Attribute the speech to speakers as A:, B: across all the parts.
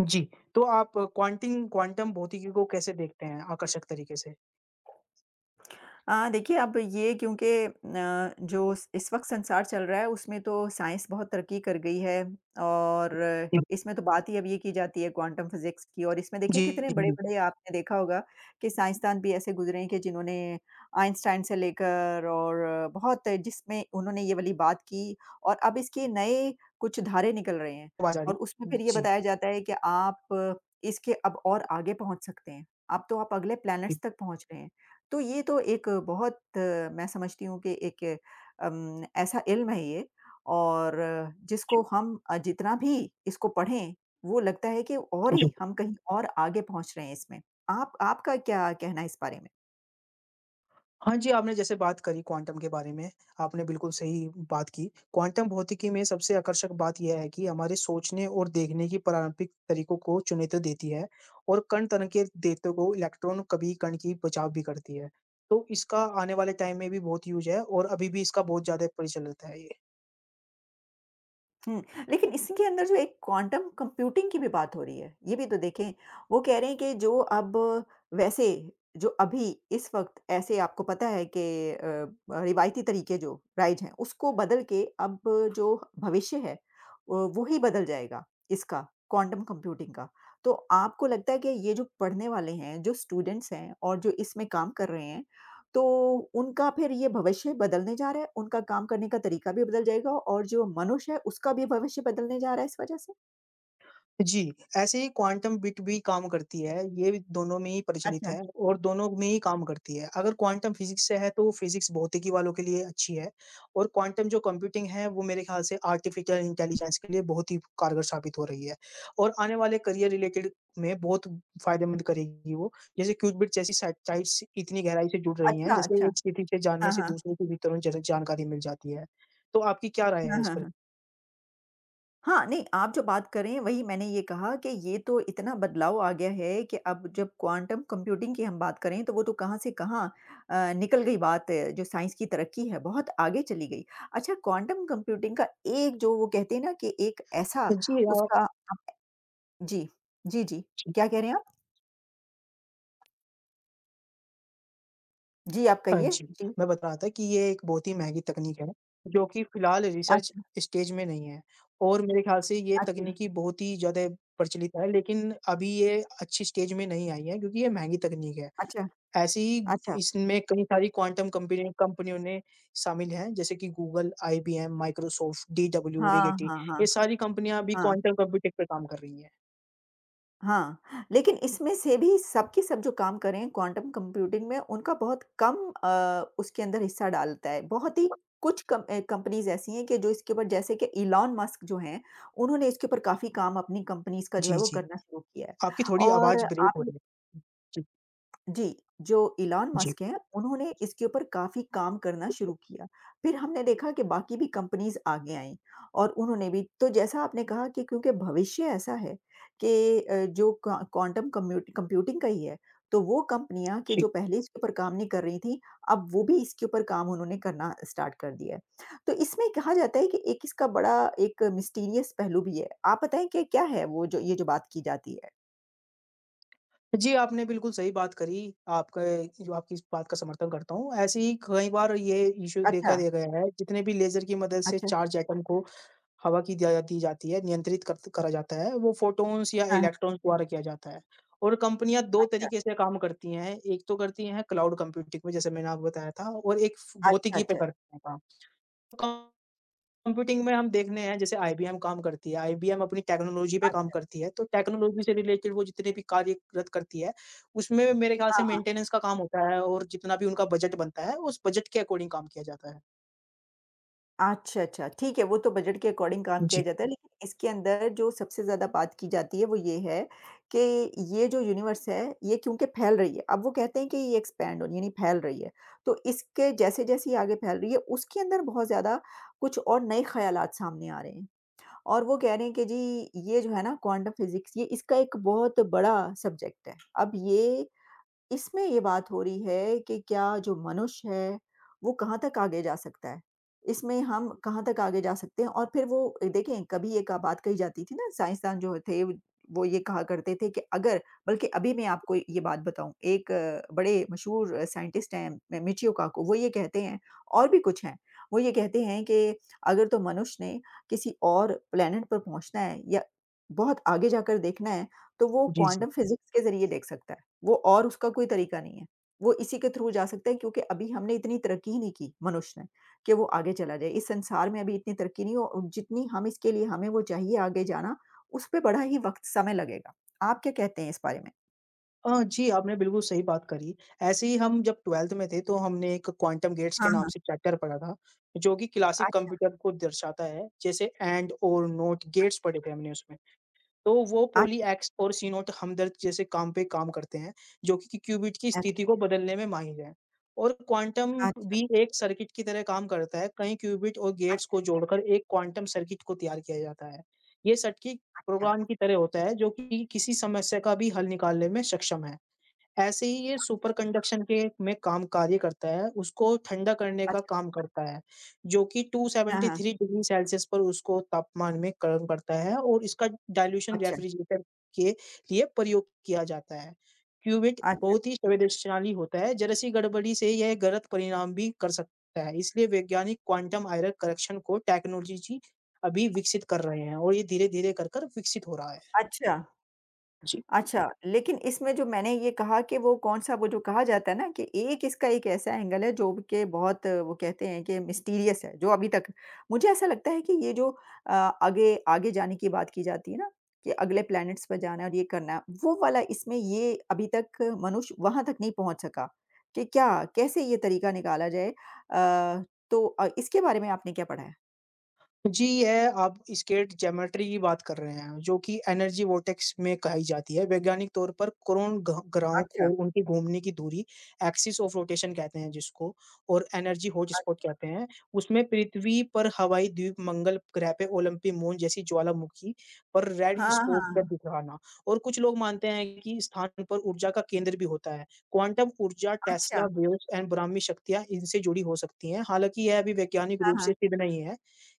A: जी, तो आप क्वांटिंग क्वांटम भौतिकी को कैसे देखते हैं आकर्षक तरीके से?
B: देखिए अब ये क्योंकि जो स इस वक़्त संसार चल रहा है उसमें तो साइंस बहुत तरक्की कर गई है और इसमें तो बात ही अब ये की जाती है क्वांटम फिज़िक्स की और इसमें देखिए
A: जी,
B: कितने
A: जी,
B: बड़े-बड़े आपने देखा होगा कि साइंसदान भी ऐसे गुज़रे हैं कि जिन्होंने आइंस्टाइन से लेकर और बहुत जिसमें उन्होंने ये वाली बात की और अब इसके नए कुछ धारे निकल रहे हैं
A: आवाज़ आ रही
B: और उसमें
A: है।
B: फिर ये
A: जी,
B: बताया जाता है कि आप इसके अब और आगे पहुँच सकते हैं। अब तो आप अगले
A: जी,
B: प्लैनेट्स तक पहुँच रहे हैं। तो ये तो एक बहुत मैं समझती हूँ कि एक ऐसा इल्म है ये और
A: जी।
B: जिसको हम जितना भी इसको पढ़ें, वो लगता है कि और ही हम कहीं और आगे पहुँच रहे हैं इसमें। आप आपका क्या कहना है इस बारे में?
A: हाँ जी, आपने जैसे बात करी क्वांटम के बारे में, आपने बिल्कुल सही बात की। क्वांटम भौतिकी में सबसे आकर्षक बात यह है कि हमारे सोचने और देखने की प्रारंभिक तरीकों को चुनौती देती है और कण तन के देते को इलेक्ट्रॉन कभी कण की बचाव भी करती है। तो इसका आने वाले टाइम में भी बहुत यूज़ है और अभी भी इसका बहुत ज़्यादा प्रचलित है ये।
B: हुँ, लेकिन इसके अंदर जो एक क्वांटम कंप्यूटिंग की भी बात हो रही है, ये भी तो देखें। वो कह रहे हैं कि जो अब वैसे जो अभी इस वक़्त ऐसे आपको पता है कि रिवायती तरीके जो राइज हैं, उसको बदल के अब जो भविष्य है, वो ही बदल जाएगा इसका, क्वांटम कंप्यूटिंग का। तो आपको लगता है कि ये जो पढ़ने वाले हैं, जो स्टूडेंट्स हैं और जो इसमें काम कर रहे हैं, तो उनका फिर ये भविष्य बदलने जा रहा है, उनका काम करने का तरीका भी बदल जाएगा और जो मनुष्य है, उसका भी भविष्य बदलने जा रहा है इस वजह से?
A: जी, ऐसे ही क्वांटम बिट भी काम करती है, ये भी दोनों में ही प्रचलित
B: अच्छा,
A: है और दोनों में ही काम करती है। अगर क्वांटम फिज़िक्स से है तो फिज़िक्स भौतिकी वालों के लिए अच्छी है और क्वांटम जो कंप्यूटिंग है वो मेरे ख़्याल से आर्टिफ़िशियल इंटेलिजेंस के लिए बहुत ही कारगर साबित हो रही है और आने वाले करियर रिलेटेड में बहुत फ़ायदेमंद करेगी वो। जैसे क्यूबिट जैसी साइट्स इतनी गहराई से जुड़ रही हैं,
B: अच्छा,
A: जैसे
B: अच्छा।
A: एक स्थिति से जानने
B: हाँ,
A: से
B: हाँ।
A: दूसरे को भी तुरंत जन जानकारी मिल जाती है। तो आपकी क्या राय है
B: हाँ,
A: इस
B: हाँ,
A: पर?
B: हाँ। हाँ, नहीं आप जो बात कर रहे हैं वही मैंने ये कहा कि ये तो इतना बदलाव आ गया है कि अब जब क्वांटम कंप्यूटिंग की हम बात करें तो वो तो कहाँ से कहाँ निकल गई बात है, जो साइंस की तरक्की है, बहुत आगे चली गई। अच्छा क्वांटम कंप्यूटिंग का एक जो वो कहते हैं ना कि एक ऐसा
A: जी, आप
B: उसका जी। जी, जी। क्या कह रहे हैं आप? जी, आप
A: हाँ
B: कहिए।
A: जी,
B: जी।
A: मैं बता रहा था कि ये एक बहुत ही महँगी तकनीक है, जो कि फ़िलहाल रिसर्च
B: अच्छा,
A: स्टेज में नहीं है और मेरे ख़्याल से ये
B: अच्छा,
A: तकनीकी बहुत ही ज़्यादा प्रचलित है, लेकिन अभी ये अच्छी स्टेज में नहीं आई है क्योंकि ये महँगी तकनीक है।
B: अच्छा,
A: ऐसे ही
B: अच्छा।
A: इसमें कई सारी क्वांटम कंपनी कंपनियों ने शामिल हैं, जैसे कि गूगल, आईबीएम, माइक्रोसॉफ्ट, डीडब्ल्यू,
B: हाँ,
A: रिगेटी,
B: हाँ,
A: ये
B: हाँ,
A: सारी कंपनियाँ अभी
B: हाँ,
A: क्वांटम कंप्यूटिंग पे काम कर रही हैं।
B: हाँ। लेकिन इसमें से भी सब के सब जो काम कर रहे हैं क्वांटम कंप्यूटिंग में उनका बहुत कम उसके अंदर हिस्सा डालता है। बहुत ही कुछ कम कंपनीज़ ऐसी हैं कि जो इसके ऊपर जैसे कि इलॉन मस्क जो हैं, उन्होंने इसके ऊपर काफ़ी काम अपनी कंपनीज़ का जो
A: जी,
B: है वो
A: जी,
B: करना शुरू किया है।
A: आपकी थोड़ी
B: और
A: आवाज़ ब्रेक हो
B: आप
A: रही है। जी, जी,
B: जी, जो इलॉन मस्क हैं, उन्होंने इसके ऊपर काफ़ी काम करना शुरू किया। फिर हमने देखा कि बाकी भी कंपनीज़ आगे आईं और उन्होंने भी तो जैसा आपने कहा कि क्योंकि भविष्य ऐसा है कि जो क्वांटम कम्यूट कंप्यूटिंग का ही है, तो वो कंपनियाँ कि
A: जी।
B: जो पहले इसके ऊपर काम नहीं कर रही थीं, अब वो भी इसके ऊपर काम उन्होंने करना स्टार्ट कर दिया है। तो इसमें कहा जाता है कि एक इसका बड़ा एक मिस्टीरियस पहलू भी है। आप बताएँ कि क्या है वो जो ये जो बात की जाती है?
A: जी, आपने बिल्कुल सही बात करी। आपका जो आपकी इस बात का समर्थन करता हूँ। ऐसे ही कई बार ये इश्यू देखा
B: अच्छा,
A: दिया गया है, जितने भी लेज़र की मदद से
B: अच्छा।
A: चार्ज एटम को हवा की दिया दी जाती है, नियंत्रित करत करा जाता है, वो फोटॉन्स या
B: हाँ, हाँ।
A: इलेक्ट्रॉन्स द्वारा किया जाता है। और कंपनियाँ 2
B: अच्छा,
A: तरीके से काम करती हैं, एक तो करती हैं क्लाउड कंप्यूटिंग में, जैसे मैंने आपको बताया था और एक फ
B: अच्छा,
A: भौतिकी पे
B: अच्छा।
A: करती हैं काम। कंप्यूटिंग में हम देखने हैं जैसे आईबीएम काम करती है, आईबीएम अपनी टेक्नोलॉजी पे काम
B: अच्छा,
A: करती है, तो टेक्नोलॉजी से रिलेटेड वो जितने भी कार्यरत करती है, उसमें मेरे ख्याल से
B: हाँ, हाँ।
A: मेंटेनेंस का काम होता है और जितना भी उनका बजट बनता है, उस बजट के अकॉर्डिंग काम किया जाता है।
B: अच्छा, अच्छा, ठीक है, वो तो बजट के अकॉर्डिंग काम किया
A: जी,
B: जाता है, लेकिन इसके अंदर जो सबसे ज़्यादा बात की जाती है, वो ये है कि ये जो यूनिवर्स है, ये क्योंकि फैल रही है, अब वो कहते हैं कि ये एक्सपैंड हो रही है, यानी फैल रही है। तो इसके जैसे-जैसे ये आगे फैल रही है, उसके अंदर बहुत ज़्यादा कुछ और नए ख़्यालात सामने आ रहे हैं और वो कह रहे हैं कि जी, ये जो है ना, क्वांटम फिज़िक्स, ये इसका एक बहुत बड़ा सब्जेक्ट है। अब ये इसमें ये बात हो रही है कि क्या जो मनुष्य है, वो कहाँ तक आगे जा सकता है? इसमें हम कहाँ तक आगे जा सकते हैं? और फिर वो देखें कभी एक बात कही जाती थी ना साइंसदान जो थे वो ये कहा करते थे कि अगर बल्कि अभी मैं आपको ये बात बताऊँ एक बड़े मशहूर साइंटिस्ट हैं म मिचियो काको वो ये कहते हैं और भी कुछ हैं। वो ये कहते हैं कि अगर तो मनुष्य ने किसी और प्लैनेट पर पहुँचना है या बहुत आगे जाकर देखना है, तो वो
A: जी, जी।
B: क्वांटम फिज़िक्स के ज़रिए देख सकता है। वो और उसका कोई तरीका नहीं है। वो इसी के थ्रू जा सकता है क्योंकि अभी हमने इतनी तरक्की ही नहीं की मनुष्य ने, कि वो आगे चला जाए। इस संसार में अभी इतनी तरक्की नहीं हो और जितनी हम इसके लिए हमें वो चाहिए आगे जाना, उस पे बड़ा ही वक़्त समय लगेगा। आप क्या कहते हैं इस बारे में?
A: जी, आपने बिल्कुल सही बात करी। ऐसे ही हम जब 12th में थे तो हमने एक क्वांटम गेट्स
B: हाँ,
A: के नाम
B: हाँ।
A: से चैप्टर पढ़ा था, जो कि क्लासिक
B: अच्छा,
A: कंप्यूटर को दर्शाता है, जैसे एंड और नोट गेट्स पढ़े थे हमने उसमें। तो वो
B: अच्छा, अच्छा,
A: पॉलीएक्स और सीनोट हमदर्द जैसे काम पे काम करते हैं, जो कि क्यूबिट की
B: अच्छा,
A: स्थिति को बदलने में माहिर हैं। और क्वांटम
B: अच्छा,
A: भी एक सर्किट की तरह काम करता है, कई क्यूबिट और गेट्स
B: अच्छा,
A: को
B: अच्छा,
A: जोड़कर एक क्वांटम सर्किट को तैयार किया जाता है। ये सर्किट
B: अच्छा, अच्छा,
A: प्रोग्राम की तरह होता है, जो कि किसी समस्या का भी हल निकालने में सक्षम है। ऐसे ही ये सुपर कंडक्शन के में काम कार्य करता है, उसको ठंडा करने का
B: अच्छा,
A: काम करता है, जो कि
B: हाँ, हाँ,
A: 273 डिग्री सेल्सियस पर उसको तापमान में गर्म करता है और इसका डाइल्यूशन
B: अच्छा,
A: रेफ्रिजरेटर के लिए प्रयोग किया जाता है। क्यूबिट
B: अच्छा,
A: बहुत ही संवेदनशील होता है, जरा सी गड़बड़ी से यह गलत परिणाम भी कर सकता है, इसलिए वैज्ञानिक क्वांटम एरर करेक्शन को टेक्नोलॉजी अभी विकसित कर रहे हैं और ये धीरे-धीरे कर-कर विकसित हो रहा है।
B: अच्छा।
A: जी।
B: अच्छा, लेकिन इसमें जो मैंने ये कहा कि वो कौन-सा वो जो कहा जाता है ना कि एक इसका एक ऐसा एंगल है जो कि बहुत वो कहते हैं कि मिस्टीरियस है, जो अभी तक मुझे ऐसा लगता है कि ये जो आगे आगे जाने की बात की जाती है ना, कि अगले प्लैनेट्स पर जाना है और ये करना है, वो वाला इसमें ये अभी तक मनुष्य वहाँ तक नहीं पहुँच सका कि क्या, कैसे ये तरीका निकाला जाए? अ, तो इसके बारे में आपने क्या पढ़ा है?
A: जी, यह आप स्केट ज्योमेट्री की बात कर रहे हैं, जो कि एनर्जी वोर्टेक्स में कही जाती है। वैज्ञानिक तौर पर कोरोन ग्रहों और
B: अच्छा,
A: उनकी घूमने की दूरी, एक्सिस ऑफ रोटेशन कहते हैं जिसको और एनर्जी
B: अ
A: हॉटस्पॉट कहते हैं। उसमें पृथ्वी पर हवाई द्वीप, मंगल ग्रह पे ओलंपी मून जैसी ज्वालामुखी पर रेड
B: हाँ, हाँ,
A: स्पॉट का
B: हाँ।
A: दिखाना और कुछ लोग मानते हैं कि स्थान पर ऊर्जा का केंद्र भी होता है। क्वांटम ऊर्जा,
B: अच्छा।
A: टेस्ला वेव्स एंड ब्राह्मी शक्तियाँ इनसे जुड़ी हो सकती हैं। हालाँकि यह अभी वैज्ञानिक
B: हाँ,
A: रूप से
B: हाँ।
A: सिद्ध नहीं है।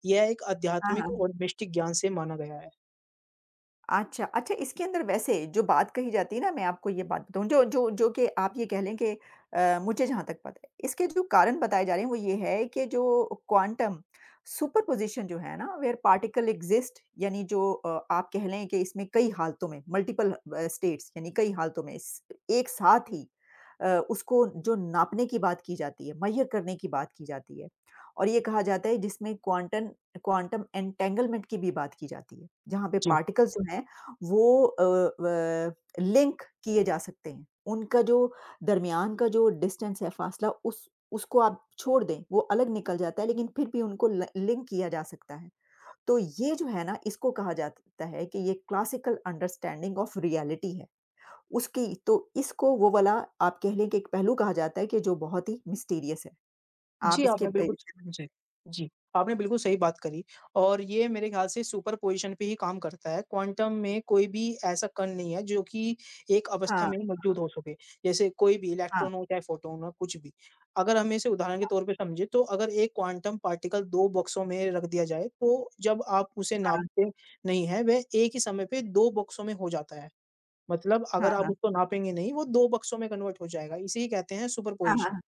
A: यह एक
B: हाँ,
A: आध्यात्मिक
B: हाँ।
A: और मिष्टिक ज्ञान से माना गया है।
B: अच्छा, अच्छा इसके अंदर वैसे जो बात कही जाती है ना मैं आपको ये बात बताऊँ जो जो जो कि आप ये कह लें कि मुझे जहाँ तक पता है, इसके जो कारण बताए जा रहे हैं वो ये है कि जो क्वांटम सुपरपोज़िशन जो है ना वेयर पार्टिकल एक्सिस्ट यानी जो आप कह लें कि इसमें कई हालतों में मल्टीपल स्टेट्स यानी कई हालतों में इस एक साथ ही उसको जो नापने की बात की जाती है, मेज़र करने की बात की जाती है। और ये कहा जाता है जिसमें क्वांटम क्वांटम एंटेंगलमेंट की भी बात की जाती है, जहाँ पे
A: जी।
B: पार्टिकल्स जो हैं वो व लिंक किए जा सकते हैं। उनका जो दरमियान का जो डिस्टेंस है, फासला उस उसको आप छोड़ दें, वो अलग निकल जाता है लेकिन फिर भी उनको ल लिंक किया जा सकता है। तो ये जो है ना, इसको कहा जाता है कि ये क्लासिकल अंडरस्टैंडिंग ऑफ रियलिटी है। उसकी तो इसको वो वाला आप कह लें कि एक पहलू कहा जाता है कि जो बहुत ही मिस्टीरियस है। आप
A: जी,
B: इसके
A: आपने
B: ब
A: बिल्कुल जी, जी, आपने बिल्कुल सही बात करी और ये मेरे ख़्याल से सुपरपोज़िशन पे ही काम करता है। क्वांटम में कोई भी ऐसा कण नहीं है जो कि एक अवस्था
B: हाँ,
A: में मौजूद हो सके। जैसे कोई भी
B: हाँ,
A: इलेक्ट्रॉन हो चाहे फोटॉन हो कुछ भी। अगर हम इसे उदाहरण के
B: हाँ,
A: तौर पे समझे तो अगर एक क्वांटम पार्टिकल 2 बॉक्सों में रख दिया जाए तो जब आप उसे
B: हाँ,
A: नापते नहीं है वह एक ही समय पे 2 बॉक्सों में हो जाता है। मतलब
B: हाँ,
A: अगर आप
B: हाँ,
A: उसको नापेंगे नहीं, वो 2 बक्सों में कन्वर्ट हो जाएगा, इसे ही कहते हैं
B: हाँ,
A: सुपरपोज़िशन।
B: हाँ।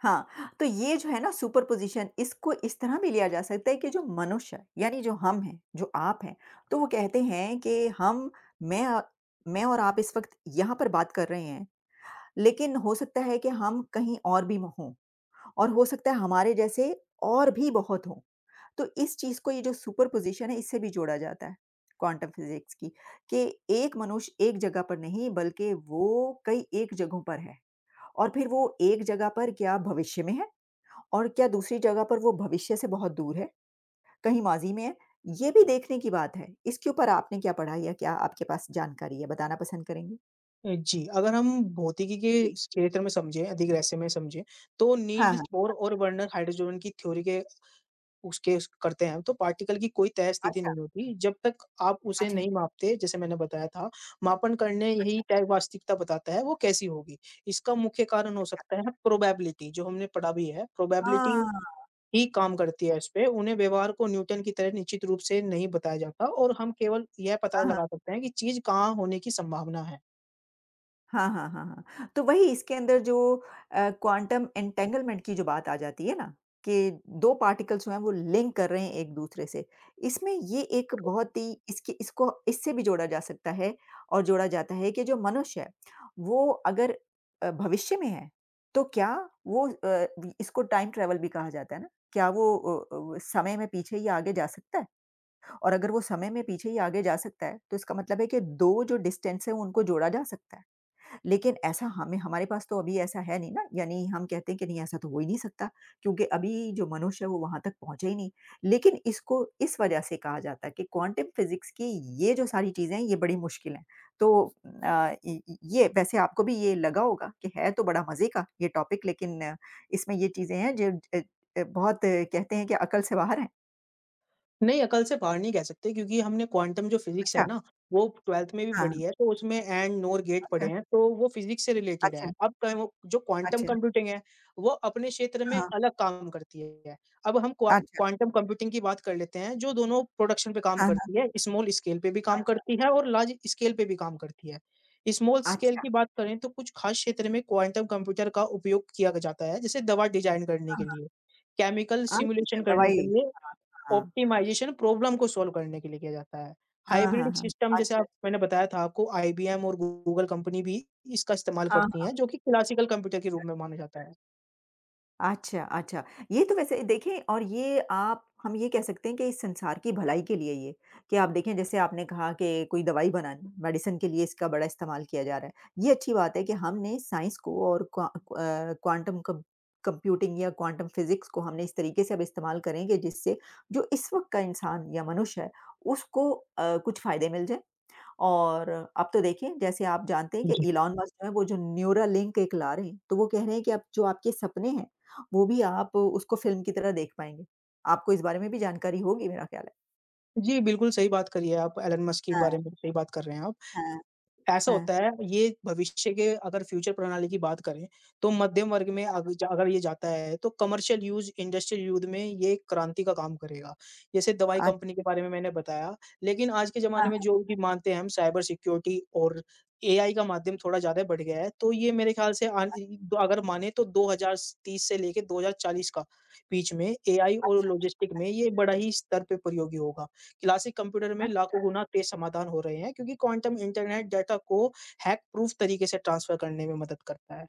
B: हाँ, तो ये जो है ना सुपरपोज़िशन इसको इस तरह भी लिया जा सकता है कि जो मनुष्य यानी जो हम हैं, जो आप हैं, तो वो कहते हैं कि हम मैं मैं और आप इस वक़्त यहाँ पर बात कर रहे हैं, लेकिन हो सकता है कि हम कहीं और भी हों और हो सकता है हमारे जैसे और भी बहुत हों। तो इस चीज़ को ये जो सुपरपोज़िशन है इससे भी जोड़ा जाता है, क्वांटम फिज़िक्स की कि एक मनुष्य एक जगह पर नहीं बल्कि वो कई एक जगहों पर है और फिर वो एक जगह पर क्या भविष्य में है? और क्या दूसरी जगह पर वो भविष्य से बहुत दूर है, कहीं माज़ी में है? ये भी देखने की बात है। इसके ऊपर आपने क्या पढ़ा या क्या आपके पास जानकारी है? बताना पसंद करेंगे?
A: जी, अगर हम भौतिकी के
B: जी।
A: इस क्षेत्र में समझें, अधिक रहस्य में समझें, तो
B: हाँ,
A: नील्स
B: हाँ।
A: बोर और वर्नर हाइड्रोजन की थ्योरी के उसके उस करते हैं, तो पार्टिकल की कोई तय स्थिति
B: अच्छा,
A: नहीं होती, जब तक आप उसे
B: अच्छा,
A: नहीं मापते, जैसे मैंने बताया था, मापन करने यही
B: अच्छा,
A: तय वास्तविकता बताता है, वो कैसी होगी। इसका मुख्य कारण हो
B: अच्छा।
A: सकता है प्रोबेबिलिटी, जो हमने पढ़ा भी है,
B: हाँ,
A: प्रोबेबिलिटी
B: हाँ,
A: ही काम करती है इस पे, उन्हें व्यवहार को न्यूटन की तरह निश्चित रूप से नहीं बताया जाता और हम केवल यह पता
B: हाँ।
A: लगा सकते हैं कि चीज़ कहाँ होने की संभावना है।
B: हाँ, हाँ, हाँ, हाँ। तो वही इसके अंदर जो क्वांटम एन्टेंगलमेंट की जो बात आ जाती है ना, कि 2 पार्टिकल्स जो हैं वो लिंक कर रहे हैं एक-दूसरे से। इसमें ये एक बहुत ही इसकी इसको इससे भी जोड़ा जा सकता है और जोड़ा जाता है कि जो मनुष्य है, वो अगर भविष्य में है, तो क्या वो इसको टाइम ट्रैवल भी कहा जाता है ना? क्या वो समय में पीछे या आगे जा सकता है? और अगर वो समय में पीछे या आगे जा सकता है, तो इसका मतलब है कि 2 जो डिस्टेंस हैं उनको जोड़ा जा सकता है। लेकिन ऐसा हमें हमारे पास तो अभी ऐसा है नहीं ना, यानी हम कहते हैं कि नहीं ऐसा तो हो ही नहीं सकता क्योंकि अभी जो मनुष्य है वो वहाँ तक पहुँचा ही नहीं। लेकिन इसको इस वजह से कहा जाता है कि क्वांटम फिज़िक्स की ये जो सारी चीज़ें हैं ये बड़ी मुश्किल हैं। तो इ इ ये वैसे आपको भी ये लगा होगा कि है तो बड़ा मज़े का ये टॉपिक लेकिन इसमें ये चीज़ें हैं जो अ बहुत कहते हैं कि अकल से बाहर हैं।
A: नहीं, अकल से बाहर नहीं कह सकते क्योंकि हमने क्वांटम जो फिज़िक्स है
B: अच्छा,
A: ना, वो 12th में भी
B: हाँ,
A: पढ़ी है, तो उसमें एंड, नोर, गेट पढ़े
B: अच्छा,
A: हैं, तो वो फिज़िक्स से रिलेटेड
B: अच्छा,
A: है। अब चाहे वो जो क्वांटम
B: अच्छा,
A: कंप्यूटिंग है, वो अपने क्षेत्र में
B: हाँ,
A: अलग काम करती है। अब हम क्वा
B: अच्छा,
A: क्वांटम कंप्यूटिंग की बात कर लेते हैं, जो दोनों प्रोडक्शन पे काम
B: हाँ, हाँ,
A: करती है, स्मॉल स्केल पे भी काम
B: अच्छा,
A: करती है और लार्ज स्केल पे भी काम करती है। स्मॉल स्केल
B: अच्छा,
A: की बात करें तो कुछ खास क्षेत्र में क्वांटम कंप्यूटर का उपयोग किया जाता है, जैसे दवा डिज़ाइन करने के
B: हाँ,
A: लिए, केमिकल
B: हाँ, अच्छा,
A: सिमुलेशन
B: अच्छा,
A: करने के
B: दवाई।
A: लिए
B: हाँ, हाँ।
A: ऑप्टिमाइज़ेशन प्रॉब्लम को सॉल्व करने के लिए किया जाता है।
B: हाँ,
A: हाइब्रिड
B: हाँ, हाँ।
A: सिस्टम जैसे
B: अच्छा,
A: आप मैंने बताया था आपको आईबीएम और गूगल कंपनी भी इसका इस्तेमाल
B: हाँ,
A: करती
B: हाँ,
A: हैं, जो कि क्लासिकल कंप्यूटर के रूप में
B: करती है।
A: माना जाता है।
B: अच्छा, अच्छा। ये तो वैसे देखें और ये आप हम ये कह सकते हैं कि इस संसार की भलाई के लिए ये, कि आप देखें जैसे आपने कहा कि कोई दवाई बनानी, मेडिसिन के लिए इसका बड़ा इस्तेमाल किया जा रहा है। ये अच्छी बात है कि हमने साइंस को और क्वा क्वांटम कम कंप्यूटिंग या क्वांटम फिज़िक्स को हमने इस तरीके से अब इस्तेमाल करेंगे जिससे जो इस वक़्त का इंसान या मनुष्य है, उसको कुछ फ़ायदे मिल जाएँ और अब तो देखिए जैसे आप जानते हैं कि
A: जी।
B: इलॉन मस्क जो है वो जो न्यूरालिंक एक ला रहे हैं, तो वो कह रहे हैं कि अब जो आपके सपने हैं, वो भी आप उसको फ़िल्म की तरह देख पाएँगे। आपको इस बारे में भी जानकारी होगी मेरा ख्याल है।
A: जी, बिल्कुल सही बात करी है आप एलन मस्क के
B: हाँ,
A: बारे में सही बात कर रहे हैं आप।
B: हाँ,
A: ऐसा
B: हाँ।
A: होता है, ये भविष्य के अगर फ्यूचर प्रणाली की बात करें, तो मध्यम वर्ग में अग ज अगर ये जाता है, तो कमर्शियल यूज़, इंडस्ट्रियल यूज़ में ये एक क्रांति का काम करेगा। जैसे दवाई कंपनी के
B: अच्छा,
A: बारे में मैंने बताया, लेकिन आज के ज़माने में जो भी मानते हैं हम साइबर सिक्योरिटी और एआई का माध्यम थोड़ा ज़्यादा बढ़ गया है, तो ये मेरे ख़्याल से आन इ दो अगर माने तो 2030 से लेके 2040 का बीच में एआई और
B: अच्छा,
A: लॉजिस्टिक में ये बड़ा ही स्तर पे प्रयोगी होगा। क्लासिक कंप्यूटर में लाखों
B: अच्छा।
A: गुना तेज समाधान हो रहे हैं क्योंकि क्वांटम इंटरनेट डाटा को हैक प्रूफ तरीके से ट्रांसफर करने में मदद करता है।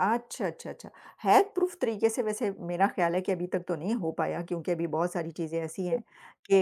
B: अच्छा, अच्छा, अच्छा। हैक प्रूफ तरीके से वैसे मेरा ख़्याल है कि अभी तक तो नहीं हो पाया क्योंकि अभी बहुत सारी चीज़ें ऐसी हैं कि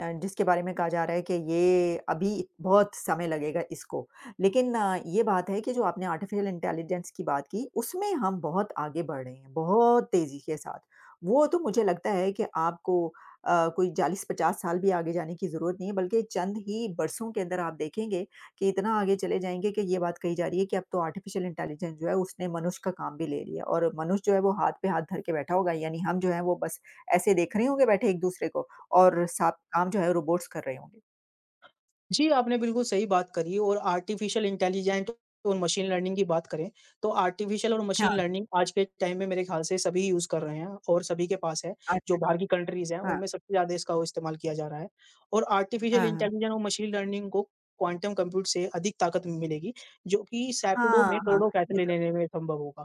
B: जिसके बारे में कहा जा रहा है कि ये अभी बहुत समय लगेगा इसको। लेकिन ये बात है कि जो आपने आर्टिफ़िशियल इंटेलिजेंस की बात की, उसमें हम बहुत आगे बढ़ रहे हैं, बहुत तेज़ी के साथ। वो तो मुझे लगता है कि आपको अ, कोई 40-50 साल भी आगे जाने की ज़रूरत नहीं है, बल्कि चंद ही बरसों के अंदर आप देखेंगे कि इतना आगे चले जाएँगे कि ये बात कही जा रही है कि अब तो आर्टिफ़िशियल इंटेलिजेंस जो है उसने मनुष्य का काम भी ले लिया और मनुष्य जो है वो हाथ पे हाथ धर के बैठा होगा यानी हम जो है वो बस ऐसे देख रहे होंगे बैठे एक-दूसरे को और सब काम जो है रोबोट्स कर रहे होंगे।
A: जी, आपने बिल्कुल सही बात करी और आर्टिफिशियल इंटेलिजेंट और मशीन लर्निंग की बात करें, तो आर्टिफिशियल और
B: हाँ,
A: मशीन लर्निंग आज के टाइम में मेरे ख्याल से सभी यूज़ कर रहे हैं और सभी के पास है। जो
B: अच्छा,
A: बाहर की
B: अच्छा।
A: कंट्रीज़ हैं,
B: हाँ,
A: उनमें सबसे ज़्यादा इसका वो इस्तेमाल किया जा रहा है और आर्टिफिशियल
B: हाँ, हाँ।
A: इंटेलिजेंस और मशीन लर्निंग को क्वांटम कंप्यूट से अधिक ताकत मिलेगी, जो कि सैकड़ों
B: हाँ,
A: में
B: हाँ।
A: करोड़ों
B: ये
A: फैसले लेने में संभव होगा।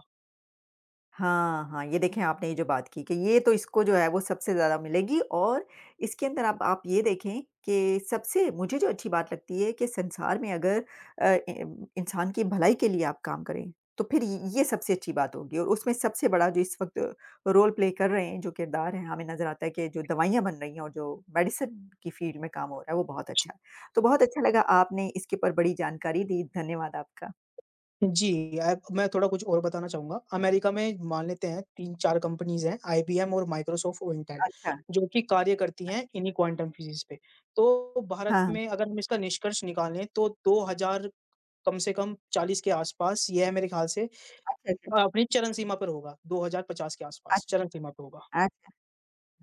B: हाँ, हाँ, ये देखें आपने ये जो बात की कि ये तो इसको जो है वो सबसे ज़्यादा मिलेगी और इसके अंदर आप ये देखें कि सबसे मुझे जो अच्छी बात लगती है कि संसार में अगर इम इंसान की भलाई के लिए आप काम करें, तो फिर य ये सबसे अच्छी बात होगी और उसमें सबसे बड़ा जो इस वक़्त रोल प्ले कर रहे हैं, जो किरदार हैं, हमें नज़र आता है कि जो दवाइयाँ बन रही हैं और जो मेडिसिन की फ़ील्ड में काम हो रहा है, वो बहुत अच्छा है। तो बहुत अच्छा लगा आपने इसके ऊपर बड़ी जानकारी दी, धन्यवाद आपका।
A: जी, अब मैं थोड़ा कुछ और बताना चाहूँगा। अमेरिका में मान लेते हैं 3-4 कंपनीज़ हैं आईबीएम और माइक्रोसॉफ्ट और इंटेल,
B: अच्छा,
A: जो कि कार्य करती हैं
B: अच्छा।
A: इन्हीं क्वांटम फिज़िक्स पे। तो भारत
B: हाँ,
A: में अगर हम इसका निष्कर्ष निकालें तो 2000 कम से कम 40 के आस-पास यह मेरे ख़्याल से
B: अच्छा, अच्छा।
A: अपनी चरम सीमा पर होगा, 2050 के आस-पास चरम सीमा
B: अच्छा,
A: पे होगा।
B: अच्छा।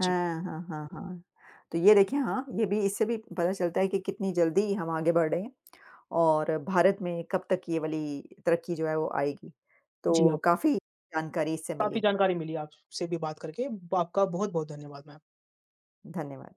A: जी,
B: हाँ, हाँ, हाँ, हाँ। तो ये देखिए हाँ, ये भी इससे भी पता चलता है कि कितनी जल्दी हम आगे बढ़ रहे हैं और भारत में कब तक ये वाली तरक्की जो है वो आएगी।
A: जी,
B: तो
A: आप
B: काफ़ी जानकारी इससे
A: काफ़ी
B: मिली।
A: जानकारी मिली आपसे भी बात करके। ब आपका बहुत-बहुत धन्यवाद मैम।
B: धन्यवाद।